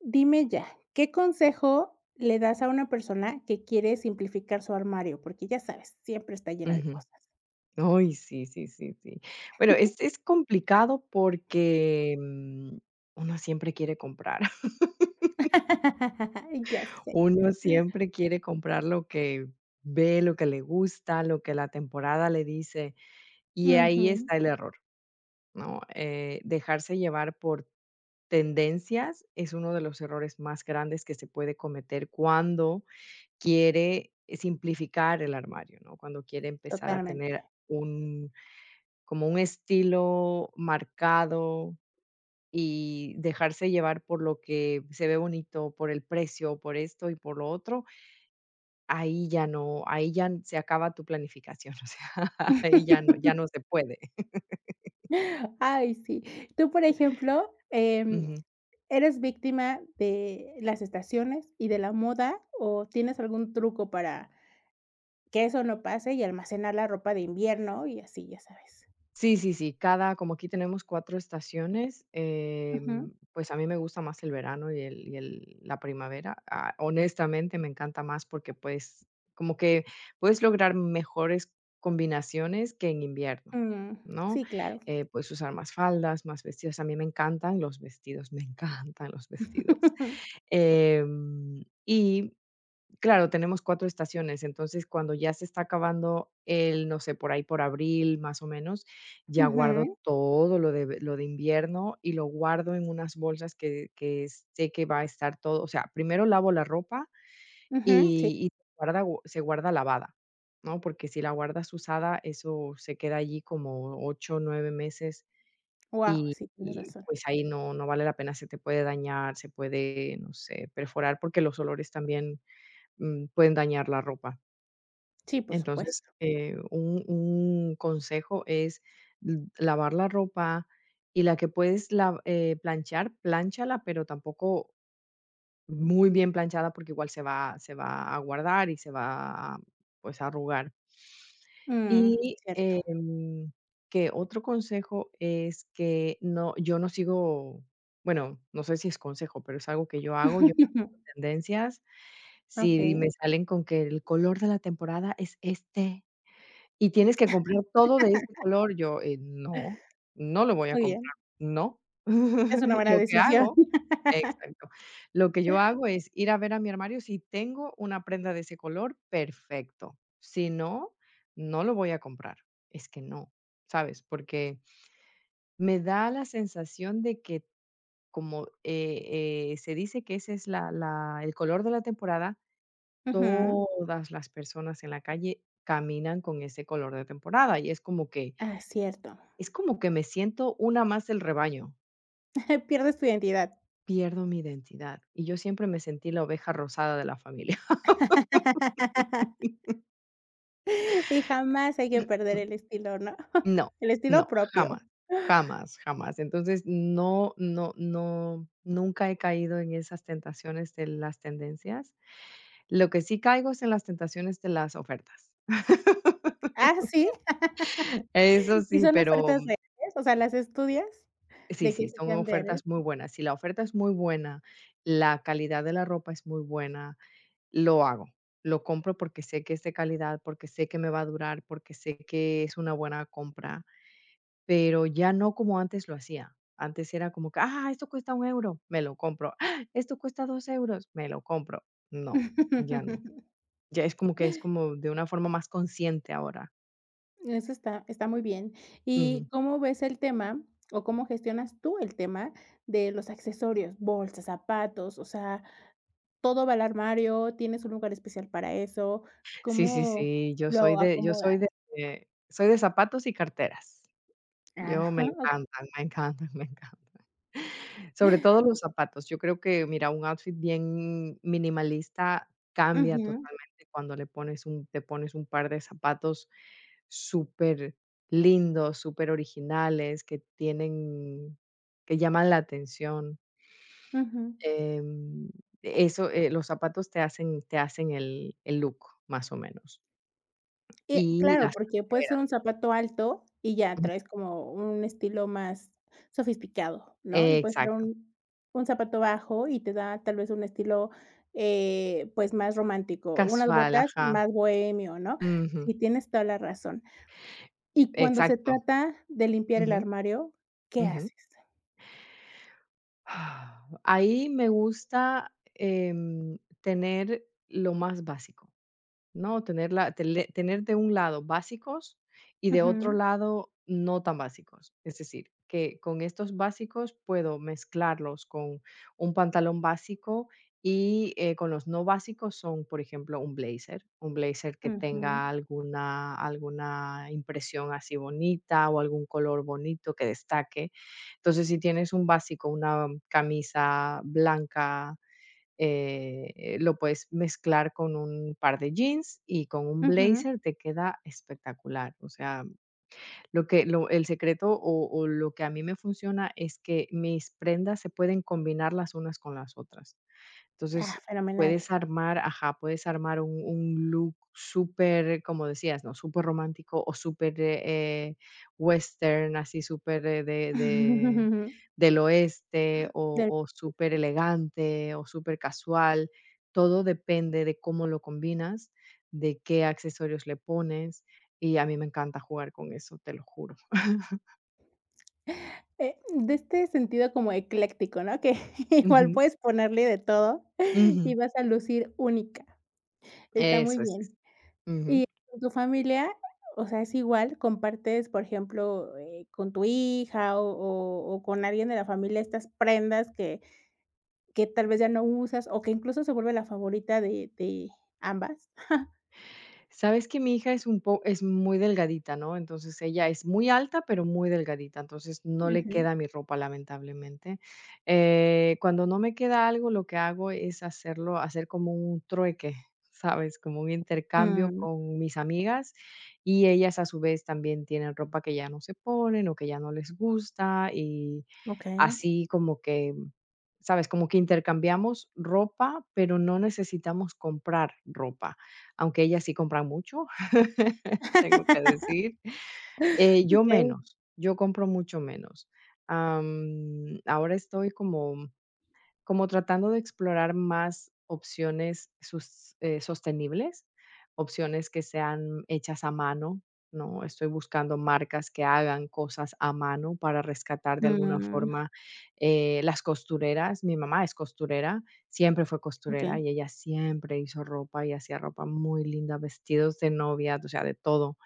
Dime ya, ¿qué consejo le das a una persona que quiere simplificar su armario? Porque ya sabes, siempre está lleno de Ujú. cosas. Ay, sí, sí, sí, sí. Bueno, es complicado porque, uno siempre quiere comprar. Ya sé. Uno siempre quiere comprar lo que ve, lo que le gusta, lo que la temporada le dice, y ahí Ujú, está el error, ¿no? Dejarse llevar por tendencias es uno de los errores más grandes que se puede cometer cuando quiere simplificar el armario, ¿no? Cuando quiere empezar a totalmente. tener un como un estilo marcado y dejarse llevar por lo que se ve bonito, por el precio, por esto y por lo otro, ahí ya no ahí ya se acaba tu planificación. O sea, ahí ya no se puede. Ay, sí. Tú, por ejemplo, Ujú. ¿eres víctima de las estaciones y de la moda, o tienes algún truco para que eso no pase y almacenar la ropa de invierno y así, ya sabes? Sí, sí, sí, cada como aquí tenemos 4 estaciones, Ujú. pues, a mí me gusta más el verano y el la primavera. Ah, honestamente, me encanta más porque, pues, como que puedes lograr mejores combinaciones que en invierno, Mm, ¿no? sí, claro. Puedes usar más faldas, más vestidos. A mí me encantan los vestidos. Me encantan los vestidos. Em, y Claro, tenemos 4 estaciones. Entonces, cuando ya se está acabando el, no sé, por ahí por abril, más o menos, ya Ujú, guardo todo lo de invierno y lo guardo en unas bolsas que sé que va a estar todo. O sea, primero lavo la ropa ujú, sí. y se guarda lavada, ¿no? Porque si la guardas usada, eso se queda allí como 8 9 meses Wow, y sí, tienes y, razón. pues, ahí no vale la pena, se te puede dañar, se puede, no sé, perforar, porque los olores también pueden dañar la ropa. Sí, por Entonces, supuesto. un consejo es lavar la ropa y la que puedes planchar, planchala, pero tampoco muy bien planchada porque igual se va a guardar y se va a, pues, a arrugar. Mm, Y cierto. em, que otro consejo es que no, yo no sigo, bueno, no sé si es consejo, pero es algo que yo hago, yo no sigo tendencias. Sí, y me Okey, salen con que el color de la temporada es este, y tienes que comprar todo de este color. Yo, no, no lo voy a muy bien, comprar, no. es una buena Lo que decisión. hago, exacto. Lo que yo hago es ir a ver a mi armario. Si tengo una prenda de ese color, perfecto. Si no, no lo voy a comprar. Es que no, ¿sabes? Porque me da la sensación de que como, se dice que ese es la la el color de la temporada. Ujú. Todas las personas en la calle caminan con ese color de temporada, y es como que Ah, cierto. es como que me siento una más del rebaño, Pierdes tu identidad. pierdo mi identidad, y yo siempre me sentí la oveja rosada de la familia. Y jamás hay que perder el estilo, ¿no? No, El no, estilo jamás, propio. jamás, jamás. Entonces, no, no, no, nunca he caído en esas tentaciones de las tendencias. Lo que sí caigo es en las tentaciones de las ofertas. Ah, ¿sí? Eso ¿Y sí, son pero. ofertas reales? O sea, ¿las estudias? Sí, ¿De que sí, sí son sean reales? ofertas muy buenas. Si la oferta es muy buena, la calidad de la ropa es muy buena, lo hago. Lo compro porque sé que es de calidad, porque sé que me va a durar, porque sé que es una buena compra, pero ya no como antes lo hacía. Antes era como que, ah, esto cuesta un euro, me lo compro. "Ah, esto cuesta dos euros, me lo compro". No, ya no. Ya es como que es como de una forma más consciente ahora. Eso está muy bien. Ujú. ¿Y cómo ves el tema, o cómo gestionas tú el tema de los accesorios, bolsas, zapatos? O sea, ¿todo va al armario? ¿Tienes un lugar especial para eso? Sí, sí, ¿Cómo sí, lo acomodas? Soy de zapatos y carteras. Yo me Ajá, ok. encantan, me encantan. Me encantan. Sobre todo los zapatos. Yo creo que, mira, un outfit bien minimalista cambia Ujú, totalmente cuando le pones un te pones un par de zapatos súper lindos, súper originales que llaman la atención. ujú. Em, eso, los zapatos te hacen el look, más o menos. Y Claro, las porque puede ser carteras. un zapato alto y ya traes como un estilo más sofisticado, ¿no? Y puede ser Exacto. Un zapato bajo y te da tal vez un estilo, pues, más romántico, unas Casual, botas ajá. más bohemio, ¿no? Ujú. Sí, tienes toda la razón. Y cuando se Exacto. trata de limpiar el Ujú, armario, ¿qué ujú. haces? Ahí me gusta, tener lo más básico. No, tener la tele tener de un lado básicos y de otro Ujú, lado no tan básicos. Es decir, que con estos básicos puedo mezclarlos con un pantalón básico y, con los no básicos son, por ejemplo, un blazer que ujú, tenga alguna impresión así bonita o algún color bonito que destaque. Entonces, si tienes un básico, una camisa blanca, lo puedes mezclar con un par de jeans y con un ujú. blazer, te queda espectacular. O sea, lo que lo el secreto o lo que a mí me funciona es que mis prendas se pueden combinar las unas con las otras. Ah, Entonces, fenomenal. puedes armar ajá, puedes armar un look súper, como decías, ¿no? Súper romántico o súper, eh, western, así súper, de del oeste o De o súper elegante o súper casual. Todo depende de cómo lo combinas, de qué accesorios le pones, y a mí me encanta jugar con eso, te lo juro. De este sentido como ecléctico, ¿no? Que igual Ujú, puedes ponerle de todo ujú. y vas a lucir única. Está muy Eso es, es. bien. Y con tu familia, o sea, es igual, compartes, por ejemplo, con tu hija o con alguien de la familia estas prendas que tal vez ya no usas o que incluso se vuelve la favorita de ambas. Sabes que mi hija es un po es muy delgadita, ¿no? Entonces, ella es muy alta, pero muy delgadita, entonces, no le Ujú. queda mi ropa, lamentablemente. Cuando no me queda algo, lo que hago es hacer como un trueque, ¿sabes? Como un intercambio Mm, con mis amigas, y ellas, a su vez, también tienen ropa que ya no se ponen, o que ya no les gusta, y okey. así como que, ¿sabes? Como que intercambiamos ropa, pero no necesitamos comprar ropa, aunque ellas sí compran mucho, tengo que Okey. decir. Yo compro mucho menos. Ahora estoy como tratando de explorar más opciones sus sostenibles, opciones que sean hechas a mano, ¿no? Estoy buscando marcas que hagan cosas a mano para rescatar de alguna Mm, forma las costureras. Mi mamá es costurera, siempre fue costurera okey. y ella siempre hizo ropa y hacía ropa muy linda, vestidos de novia, o sea, de todo.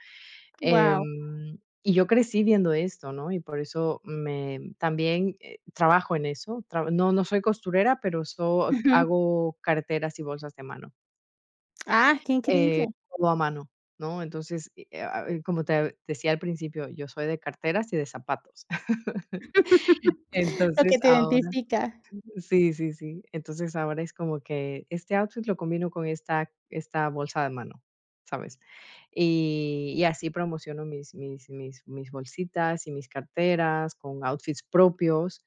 Guau. Y yo crecí viendo esto, ¿no? Y por eso me también, trabajo en eso. Traba no no soy costurera, pero hago carteras y bolsas de mano, Ah, qué eh, increíble. todo a mano, ¿no? Entonces, Como te decía al principio, yo soy de carteras y de zapatos. Lo que Entonces, te ahora. identifica. Sí, sí, sí. Entonces ahora es como que este outfit lo combino con esta bolsa de mano, ¿sabes? Y así promociono mis bolsitas y mis carteras con outfits propios,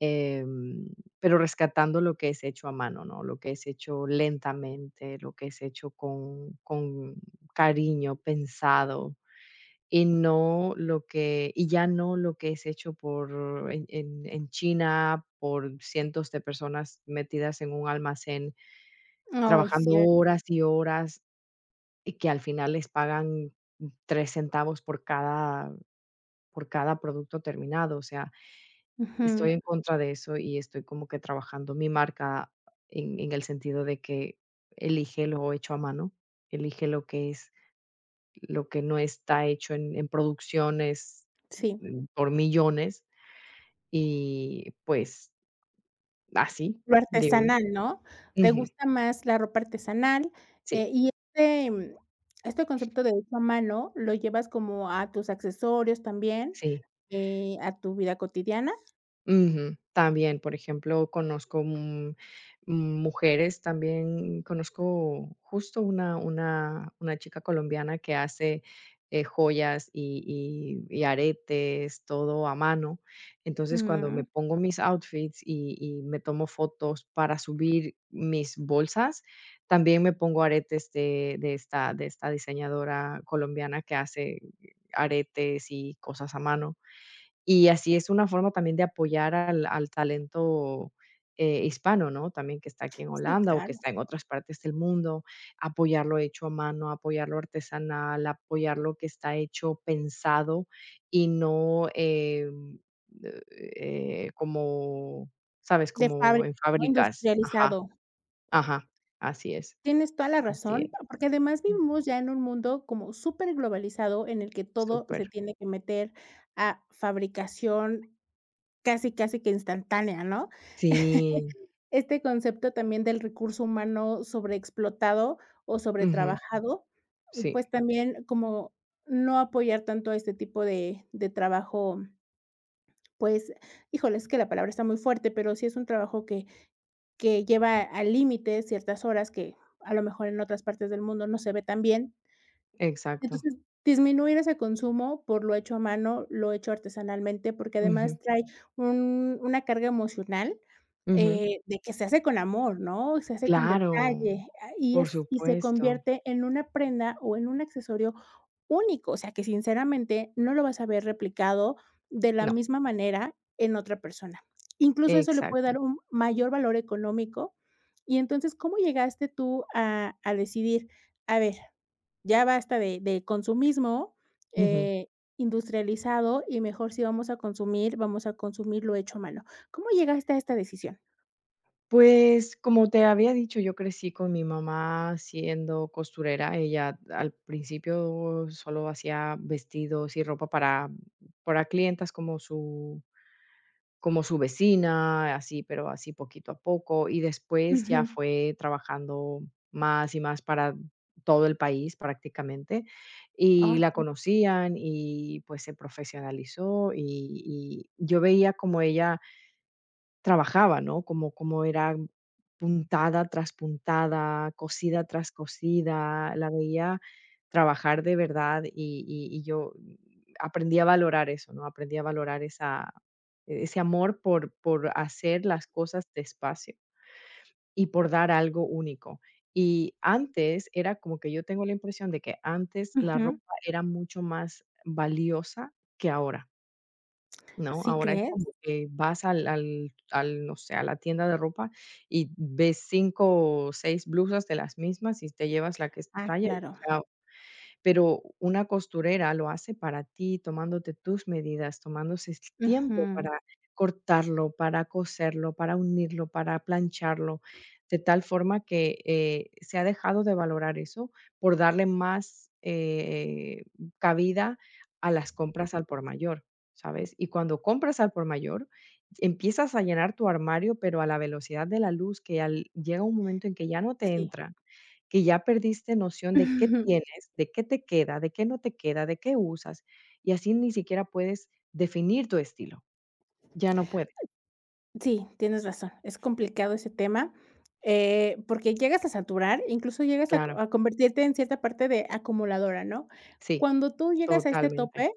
em, pero rescatando lo que es hecho a mano, ¿no? Lo que es hecho lentamente, lo que es hecho con cariño, pensado. Y ya no lo que es hecho por en China, por cientos de personas metidas en un almacén, Ay, trabajando cierto, horas y horas, y que al final les pagan 3 centavos por cada producto terminado. O sea, estoy ujú, en contra de eso y estoy como que trabajando mi marca en el sentido de que elige lo hecho a mano, elige lo que es lo que no está hecho en producciones, sí, por millones y, pues, así, lo digo yo. artesanal, ¿no? Te Ujú. gusta más la ropa artesanal, Sí, y este concepto de hecho a mano, ¿lo llevas como a tus accesorios también, sí. A tu vida cotidiana? Ujú. También, por ejemplo, conozco, mujeres, también conozco justo una chica colombiana que hace, joyas y aretes, todo a mano. Entonces, cuando me Mm, pongo mis outfits y me tomo fotos para subir mis bolsas, también me pongo aretes de esta diseñadora colombiana que hace aretes y cosas a mano. Y así es una forma también de apoyar al talento, hispano, ¿no? También que está aquí en sí, Holanda o que claro, está en otras partes del mundo, apoyarlo hecho a mano, apoyarlo artesanal, apoyarlo que está hecho pensado y no, eh como, ¿sabes? de Como fábrica, en ¿no? fábricas. Ajá, Industrializado. ajá, así es, Tienes toda la así razón, es. porque además Mm, vivimos ya en un mundo como superglobalizado en el que todo se súper. tiene que meter a fabricación casi, casi que instantánea, ¿no? Sí, Este concepto también del recurso humano sobreexplotado o ujú, sobretrabajado, sí, pues también como no apoyar tanto a este tipo de trabajo, pues, híjole, es que la palabra está muy fuerte, pero sí es un trabajo que lleva al límite ciertas horas que a lo mejor en otras partes del mundo no se ve tan bien. exacto. Entonces, disminuir ese consumo por lo hecho a mano, lo hecho artesanalmente, porque Ujú, además trae un una carga emocional. ujú. De que se hace con amor, ¿no? Se hace con Claro, detalle, ah, y por es y se supuesto. convierte en una prenda o en un accesorio único, o sea, que sinceramente no lo vas a ver replicado de la No, misma manera en otra persona. Incluso eso le puede exacto. dar un mayor valor económico. Y entonces, ¿cómo llegaste tú a decidir? A ver, ya basta de consumismo, Ujú. eh, industrializado y mejor si vamos a consumir, vamos a consumir lo hecho a mano. ¿Cómo llegaste a esta decisión? Pues, como te había dicho, yo crecí con mi mamá siendo costurera. Ella al principio solo hacía vestidos y ropa para clientas como su vecina, así, pero así poquito a poco. Y después Ujú. ya fue trabajando más y más para todo el país prácticamente, y Ah, la conocían y, pues, se profesionalizó, y yo veía como ella trabajaba, ¿no? Como cómo era puntada tras puntada, cosida tras cosida, la veía trabajar de verdad y yo aprendí a valorar eso, ¿no? Aprendí a valorar esa ese amor por hacer las cosas despacio y por dar algo único. Y antes era como que yo tengo la impresión de que antes la ropa ujú. era mucho más valiosa que ahora. ¿No? ¿Sí Ahora es como crees? que vas no sé, a la tienda de ropa y ves 5 o 6 blusas de las mismas y te llevas la que es tu Ah, talla y claro. chao. Pero una costurera lo hace para ti, tomándote tus medidas, tomándose el tiempo Ujú. para cortarlo, para coserlo, para unirlo, para plancharlo, de tal forma que, se ha dejado de valorar eso por darle más, cabida a las compras al por mayor, ¿sabes? Y cuando compras al por mayor, empiezas a llenar tu armario, pero a la velocidad de la luz que al llega un momento en que ya no te Sí. entra, que ya perdiste noción de qué Ujú. tienes, de qué te queda, de qué no te queda, de qué usas, y así ni siquiera puedes definir tu estilo. Ya no puedes, Sí, tienes razón. Es complicado ese tema, porque llegas a saturar, incluso llegas a claro. a convertirte en cierta parte de acumuladora, ¿no? Sí, Cuando tú llegas a este totalmente. tope,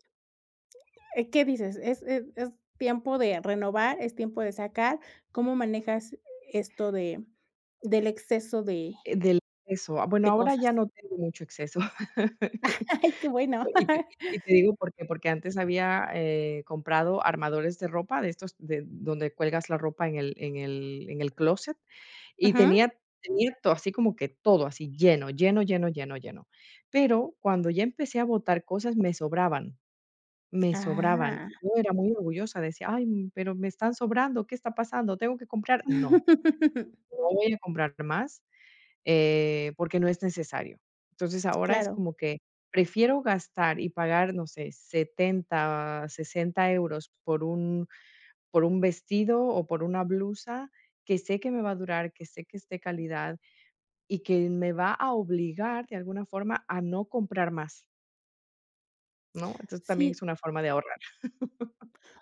¿qué dices? Es tiempo de renovar, es tiempo de sacar. ¿Cómo manejas esto de del exceso Del exceso. Ah, bueno, de ahora cosas? ya no tengo mucho exceso. Ay, qué bueno. Y te y te digo por qué, porque antes había, comprado armadores de ropa de estos de donde cuelgas la ropa en el closet. Y Ujú. tenía todo, así como que todo, así lleno, lleno, lleno, lleno, lleno. Pero cuando ya empecé a botar cosas, me sobraban, me sobraban. Ah. Yo era muy orgullosa, decía: "Ay, pero me están sobrando, ¿qué está pasando? ¿Tengo que comprar?". No, no voy a comprar más, porque no es necesario. Entonces, ahora es Claro, como que prefiero gastar y pagar, no sé, 70 60 euros por un vestido o por una blusa que sé que me va a durar, que sé que es de calidad y que me va a obligar de alguna forma a no comprar más, ¿no? Entonces, también es sí, una forma de ahorrar.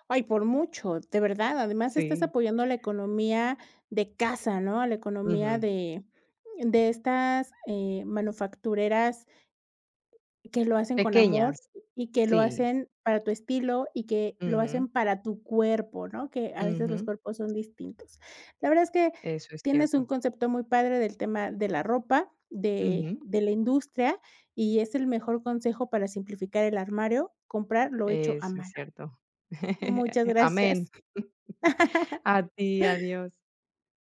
ay, por mucho, de verdad, además estás Sí, apoyando a la economía de casa, ¿no? A la economía ujú. De estas, manufactureras que lo hacen con amor Pequeñas, y que lo sí. hacen para tu estilo y que lo Ujú, hacen para tu cuerpo, ¿no? Que a veces los ujú, cuerpos son distintos. La verdad es que eso es tienes un cierto. concepto muy padre del tema de la ropa, Ujú, de la industria, y es el mejor consejo para simplificar el armario, comprar lo hecho a eso es mano. cierto. Muchas Amén. gracias. A ti, adiós.